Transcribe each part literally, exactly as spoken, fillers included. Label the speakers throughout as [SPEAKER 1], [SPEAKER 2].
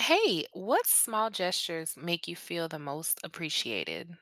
[SPEAKER 1] Hey, what small gestures make you feel the most appreciated?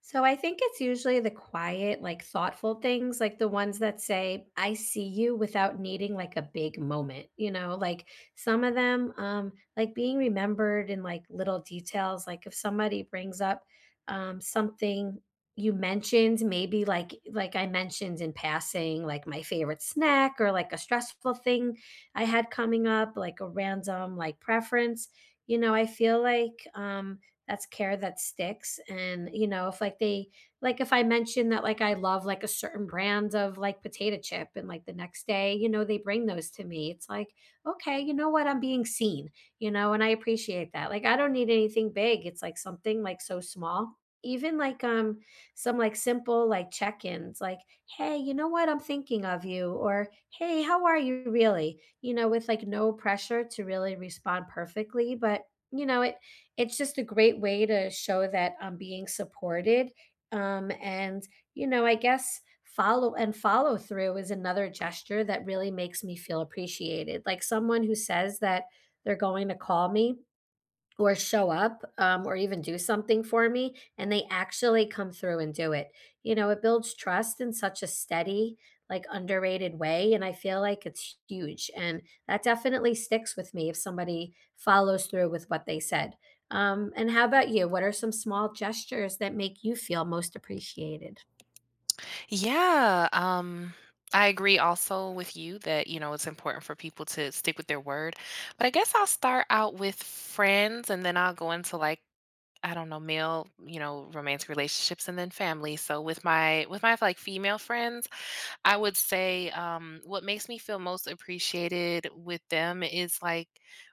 [SPEAKER 2] So I think it's usually the quiet, like thoughtful things, like the ones that say, I see you without needing like a big moment, you know, like some of them, um, like being remembered in like little details. Like if somebody brings up um, something you mentioned, maybe like, like I mentioned in passing, like my favorite snack or like a stressful thing I had coming up, like a random like preference, you know, I feel like, um, that's care that sticks. And you know if like they like if I mention that like I love like a certain brand of like potato chip, and like the next day, you know, they bring those to me, it's like, okay, you know what, I'm being seen. You know, and I appreciate that. Like I don't need anything big. It's like something like so small. Even like um some like simple like check-ins, like, hey, you know what, I'm thinking of you, or hey, how are you, really, you know, with like no pressure to really respond perfectly. But you know it it's just a great way to show that I'm being supported. Um, and, you know, I guess follow and follow through is another gesture that really makes me feel appreciated. Like someone who says that they're going to call me, or show up, um, or even do something for me, and they actually come through and do it. You know, it builds trust in such a steady, like underrated way. And I feel like it's huge. And that definitely sticks with me if somebody follows through with what they said. Um, and how about you? What are some small gestures that make you feel most appreciated?
[SPEAKER 1] Yeah, um, I agree also with you that, you know, it's important for people to stick with their word. But I guess I'll start out with friends and then I'll go into like, I don't know, male, you know, romantic relationships, and then family. So with my with my like female friends, I would say, um, what makes me feel most appreciated with them is like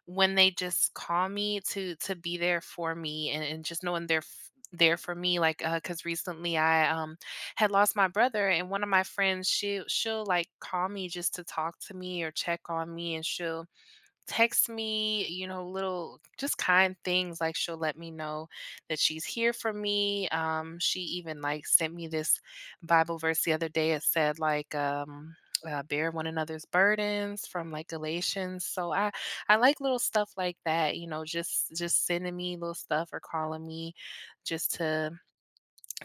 [SPEAKER 1] when they just call me to to be there for me, and, and just knowing they're f- there for me. Like, uh, cause recently I um had lost my brother, and one of my friends, she she'll like call me just to talk to me or check on me, and she'll text me, you know, little just kind things like she'll let me know that she's here for me. Um, she even like sent me this Bible verse the other day. It said like um uh, bear one another's burdens from like Galatians. So I I like little stuff like that, you know, just just sending me little stuff or calling me just to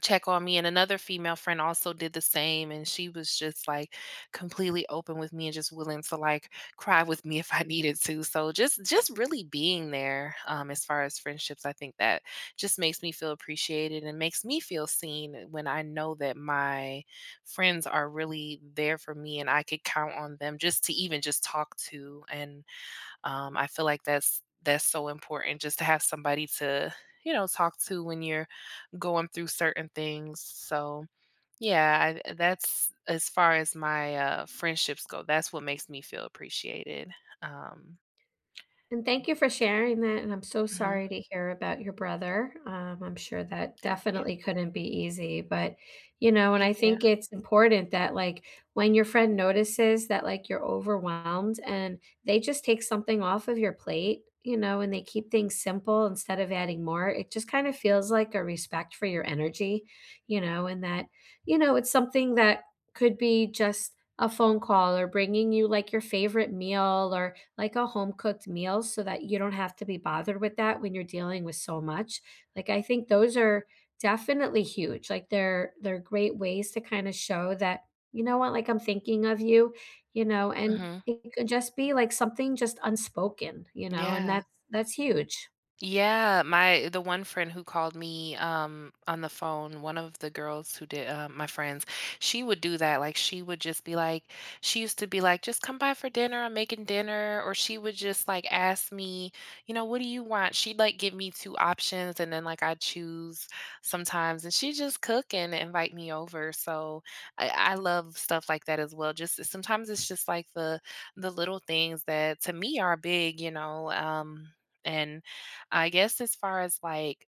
[SPEAKER 1] check on me, and another female friend also did the same, and she was just like completely open with me and just willing to like cry with me if I needed to, so just just really being there. Um as far as friendships, I think that just makes me feel appreciated and makes me feel seen, uh, when I know that my friends are really there for me and I could count on them just to even just talk to, and um, I feel like that's that's so important just to have somebody to, you know, talk to when you're going through certain things. So, yeah, I, that's as far as my uh, friendships go. That's what makes me feel appreciated. Um,
[SPEAKER 2] And thank you for sharing that, and I'm so
[SPEAKER 1] mhm.
[SPEAKER 2] sorry to hear about your brother. Um, I'm sure that
[SPEAKER 1] Thank you.
[SPEAKER 2] definitely couldn't be easy, but you know, and I
[SPEAKER 1] Thank you.
[SPEAKER 2] think it's important that, like, when your friend notices that like you're overwhelmed and they just take something off of your plate, you know, and they keep things simple instead of adding more, it just kind of feels like a respect for your energy, you know, and that, you know, it's something that could be just a phone call or bringing you like your favorite meal or like a home cooked meal so that you don't have to be bothered with that when you're dealing with so much. Like I think those are definitely huge. Like they're they're great ways to kind of show that, you know what, like I'm thinking of you, you know, and
[SPEAKER 1] Hmm.
[SPEAKER 2] it could just be like something just unspoken, you know, and
[SPEAKER 1] Yeah.
[SPEAKER 2] that's that's huge.
[SPEAKER 1] Yeah, my the one friend who called me um on the phone, one of the girls who did, uh, my friends, she would do that. Like she would just be like, she used to be like, just come by for dinner. I'm making dinner. Or she would just like ask me, you know, what do you want? She'd like give me two options, and then like I choose sometimes, and she just cook and invite me over. So I, I love stuff like that as well. Just sometimes it's just like the the little things that to me are big, you know. Um, and I guess as far as like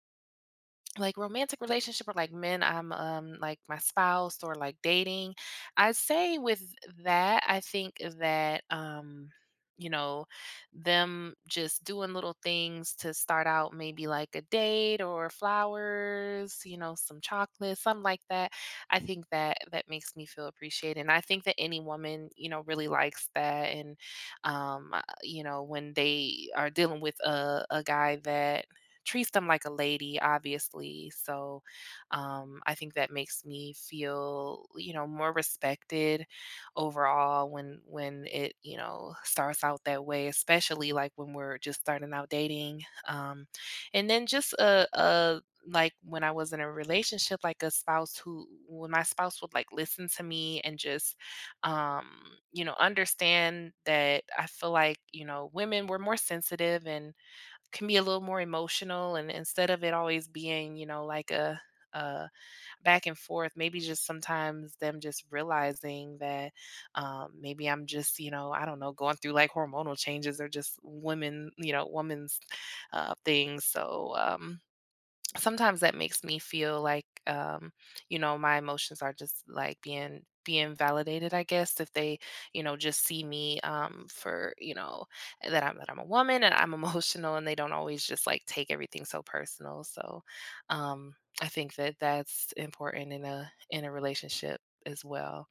[SPEAKER 1] like romantic relationship or like men I'm um like my spouse or like dating, I say with that I think that um you know them just doing little things to start out, maybe like a date, or flowers, you know some chocolate, something like that. I think that that makes me feel appreciated, and I think that any woman you know really likes that, and um uh, you know when they are dealing with a, a guy that treats them like a lady, obviously. So um, I think that makes me feel, you know, more respected overall when when it, you know, starts out that way, especially like when we're just starting out dating. Um, and then just a, a, like, when I was in a relationship, like a spouse who, when my spouse would like listen to me and just um, you know, understand that I feel like, you know, women were more sensitive and can be a little more emotional, and instead of it always being you know like a uh back and forth, maybe just sometimes them just realizing that um maybe I'm just, you know I don't know, going through like hormonal changes, or just women, you know women's uh things. So um sometimes that makes me feel like um you know my emotions are just like being being validated, I guess, if they you know just see me um for you know that i'm that i'm a woman and I'm emotional, and they don't always just like take everything so personal. So um I think that that's important in a in a relationship as well.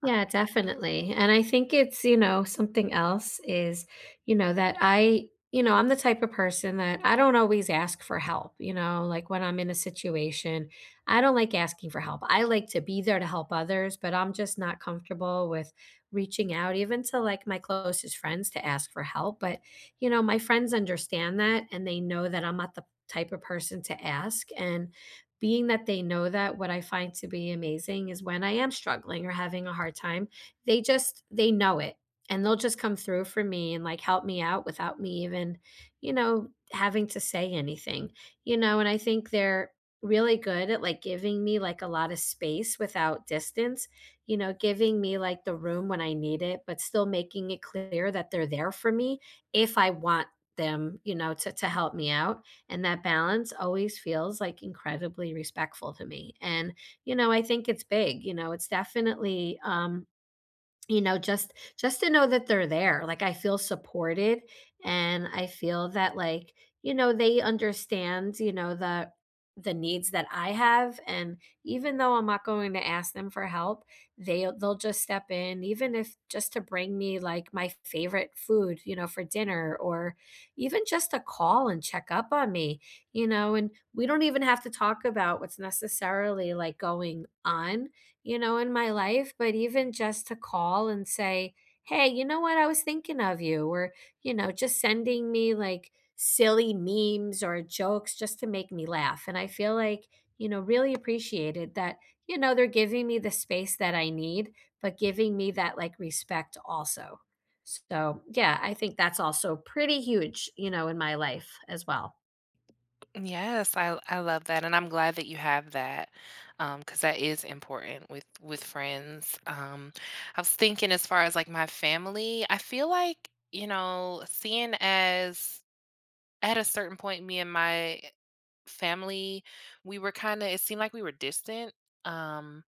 [SPEAKER 2] Yeah, definitely. And I think it's, you know, something else is, you know, that I, you know, I'm the type of person that I don't always ask for help, you know, like when I'm in a situation, I don't like asking for help. I like to be there to help others, but I'm just not comfortable with reaching out even to like my closest friends to ask for help. But, you know, my friends understand that, and they know that I'm not the type of person to ask. And being that they know that, what I find to be amazing is when I am struggling or having a hard time, they just they know it, and they'll just come through for me and like help me out without me even, you know, having to say anything, you know. And I think they're really good at like giving me like a lot of space without distance, you know, giving me like the room when I need it but still making it clear that they're there for me if I want them, you know, to to help me out. And that balance always feels like incredibly respectful to me. And, you know, I think it's big. You know, it's definitely, um, you know, just just to know that they're there, like, I feel supported, and I feel that, like, you know, they understand, you know, the the needs that I have, and even though I'm not going to ask them for help, they they'll just step in, even if just to bring me, like, my favorite food, you know, for dinner, or even just to call and check up on me, you know, and we don't even have to talk about what's necessarily, like, going on, you know, in my life, but even just to call and say, "Hey, you know what? I was thinking of you," or, you know, just sending me like silly memes or jokes just to make me laugh. And I feel like, you know, really appreciated that, you know, they're giving me the space that I need, but giving me that like respect also. So, yeah, I think that's also pretty huge, you know, in my life as well.
[SPEAKER 1] Yes, I I love that, and I'm glad that you have that, um, because that is important with with friends. Um, I was thinking as far as, like, my family, I feel like, you know, seeing as at a certain point, me and my family, we were kinda, it seemed like we were distant, um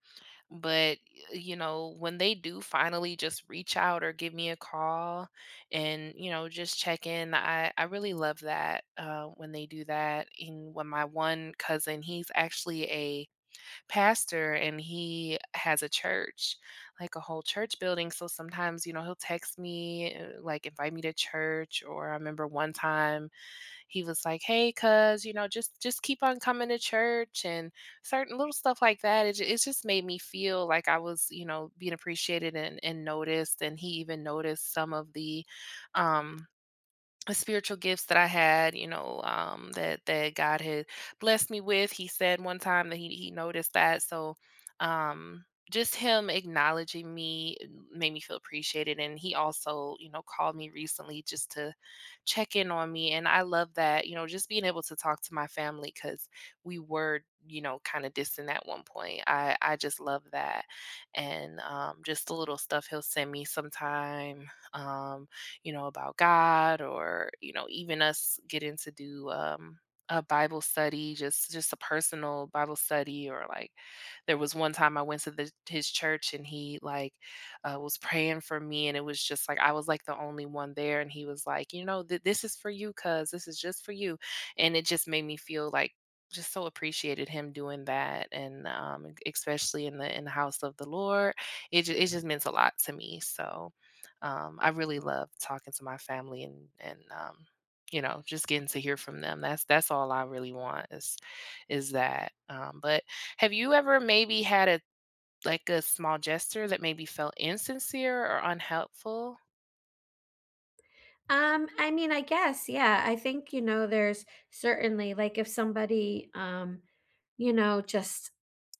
[SPEAKER 1] but you know when they do finally just reach out or give me a call, and you know just check in, i i really love that, uh, when they do that. And when my one cousin, he's actually a pastor, and he has a church, like a whole church building. So sometimes you know he'll text me, uh, like, invite me to church, or I remember one time he was like, "Hey, cuz, you know, just just keep on coming to church," and certain little stuff like that. It, ju- it just made me feel like I was, you know, being appreciated and, and noticed. And he even noticed some of the, um, the spiritual gifts that I had, you know, um, that that God had blessed me with. He said one time that he he noticed that. So, um, just him acknowledging me uh, made me feel appreciated. And he also, you know, called me recently just to check in on me. And I love that, you know, just being able to talk to my family, because we were, you know, kind of distant at one point. I I just love that, and um, just the little stuff he'll send me sometime. Um, you know, about God, or, you know, even us getting to do um a Bible study, just just a personal Bible study, or like there was one time I went to the, his church, and he like, uh, was praying for me, and it was just like I was like the only one there, and he was like, you know, th- this is for you, cuz this is just for you, and it just made me feel like just so appreciated, him doing that, and um, especially in the in the house of the Lord, it ju- it just meant a lot to me. So um, I really love talking to my family, and and um, you know, just getting to hear from them. That's that's all I really want is is that. Um, but have you ever maybe had a like a small gesture that maybe felt insincere or unhelpful?
[SPEAKER 2] Um, I mean, I guess, yeah. I think, you know, there's certainly, like, if somebody um, you know, just,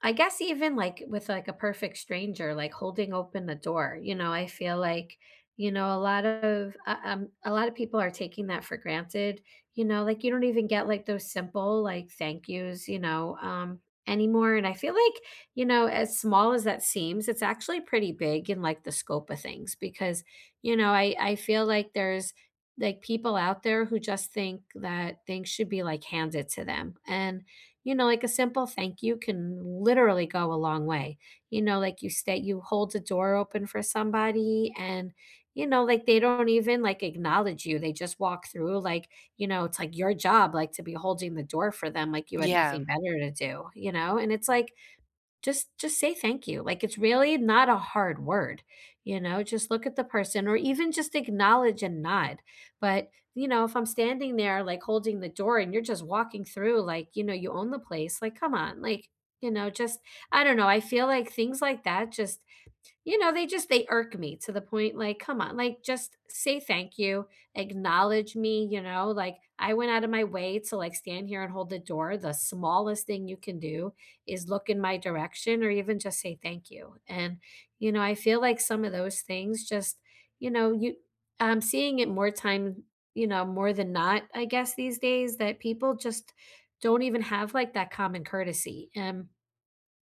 [SPEAKER 2] I guess even like with like a perfect stranger, like holding open the door, you know, I feel like, you know, a lot of uh, um a lot of people are taking that for granted, you know, like you don't even get like those simple like thank yous, you know, um anymore. And I feel like, you know, as small as that seems, it's actually pretty big in like the scope of things, because you know i i feel like there's like people out there who just think that things should be like handed to them. And, you know, like a simple thank you can literally go a long way. You know, like you stay, you hold the door open for somebody and, you know, like they don't even like acknowledge you. They just walk through, like, you know, it's like your job, like to be holding the door for them, like you had nothing
[SPEAKER 1] Yeah.
[SPEAKER 2] better to do, you know? And it's like, just just say thank you, like, it's really not a hard word, you know? Just look at the person or even just acknowledge and nod, but, you know, if I'm standing there, like, holding the door and you're just walking through, like, you know, you own the place, like, come on, like, you know, just, I don't know, I feel like things like that just, you know, they just they irk me to the point, like, come on, like, just say thank you, acknowledge me, you know, like, I went out of my way to, like, stand here and hold the door. The smallest thing you can do is look in my direction or even just say thank you. And, you know, I feel like some of those things just, you know, you, I'm seeing it more time, you know, more than not, I guess, these days, that people just don't even have like that common courtesy. Um,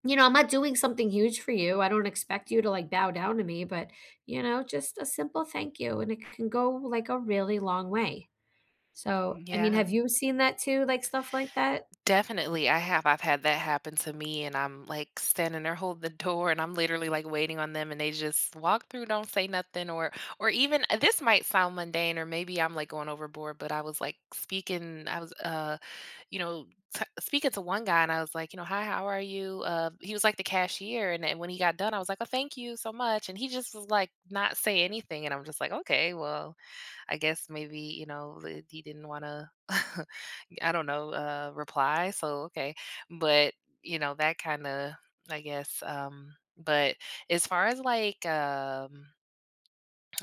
[SPEAKER 2] You know, I'm not doing something huge for you. I don't expect you to like bow down to me, but you know, just a simple thank you and it can go like a really long way. So, I mean,
[SPEAKER 1] Yeah.
[SPEAKER 2] have you seen that too, like stuff like that?
[SPEAKER 1] Definitely, I have. I've had that happen to me, and I'm like standing there holding the door, and I'm literally like waiting on them, and they just walk through, don't say nothing, or or even uh, this might sound mundane, or maybe I'm like going overboard, but I was like speaking, I was uh, you know, t- speaking to one guy, and I was like, you know, hi, how are you? Uh, he was like the cashier, and, and when he got done, I was like, oh, thank you so much, and he just was like not say anything, and I'm just like, okay, well. I guess maybe, you know, li- he didn't want to, I don't know, uh, reply. So, okay. But, you know, that kind of, I guess, um, but as far as, like, um,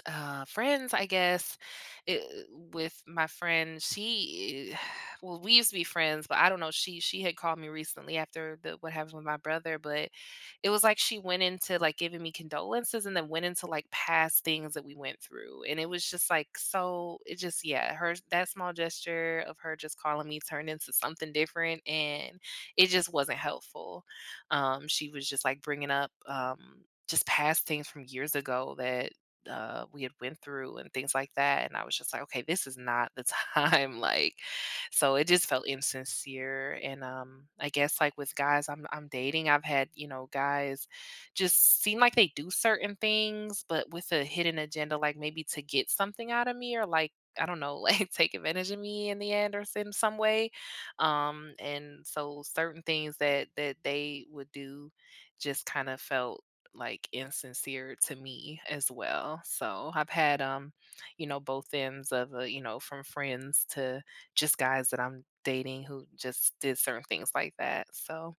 [SPEAKER 1] uh friends, I guess it, with my friend, she well, we used to be friends, but I don't know, she she had called me recently after the what happened with my brother, but it was like she went into like giving me condolences, and then went into like past things that we went through, and it was just like, so, it just, yeah, her that small gesture of her just calling me turned into something different, and it just wasn't helpful. Um she was just like bringing up, um just past things from years ago that uh, we had went through and things like that, and I was just like, okay, this is not the time, like, so it just felt insincere, and um I guess like with guys i'm i'm dating, I've had, you know guys just seem like they do certain things, but with a hidden agenda, like maybe to get something out of me, or like, I don't know, like take advantage of me in the end, or s- in some way, um and so certain things that that they would do just kind of felt like insincere to me as well. So I've had um, you know, both ends of, uh, you know, from friends to just guys that I'm dating who just did certain things like that. So,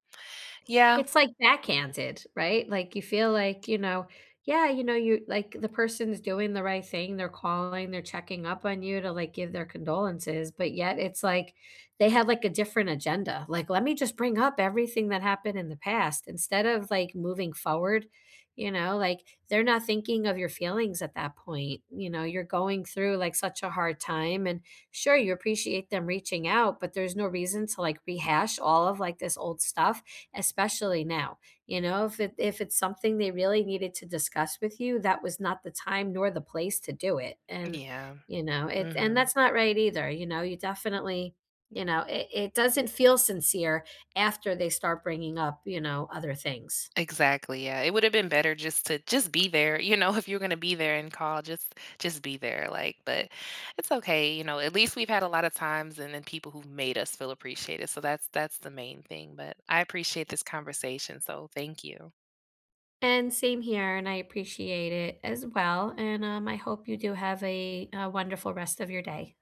[SPEAKER 1] yeah.
[SPEAKER 2] It's like backhanded, right? Like, you feel like, you know, yeah, you know, you like the person's doing the right thing, they're calling, they're checking up on you to like give their condolences, but yet it's like they had like a different agenda. Like, let me just bring up everything that happened in the past instead of like moving forward, you know, like they're not thinking of your feelings at that point. You know, you're going through like such a hard time, and sure you appreciate them reaching out, but there's no reason to like rehash all of like this old stuff, especially now. You know, if it if it's something they really needed to discuss with you, that was not the time nor the place to do it. And
[SPEAKER 1] Yeah.
[SPEAKER 2] you know it, and
[SPEAKER 1] Hmm.
[SPEAKER 2] that's not right either. You know, you definitely, you know it, it doesn't feel sincere after they start bringing up, you know, other things.
[SPEAKER 1] Exactly. Yeah. It would have been better just to just be there, you know, if you're gonna be there and call, just just be there. Like, but it's okay, you know, at least we've had a lot of times and then people who've made us feel appreciated. So that's that's the main thing. But I appreciate this conversation. So thank you.
[SPEAKER 2] And same here, and I appreciate it as well. And um, I hope you do have a, a wonderful rest of your day.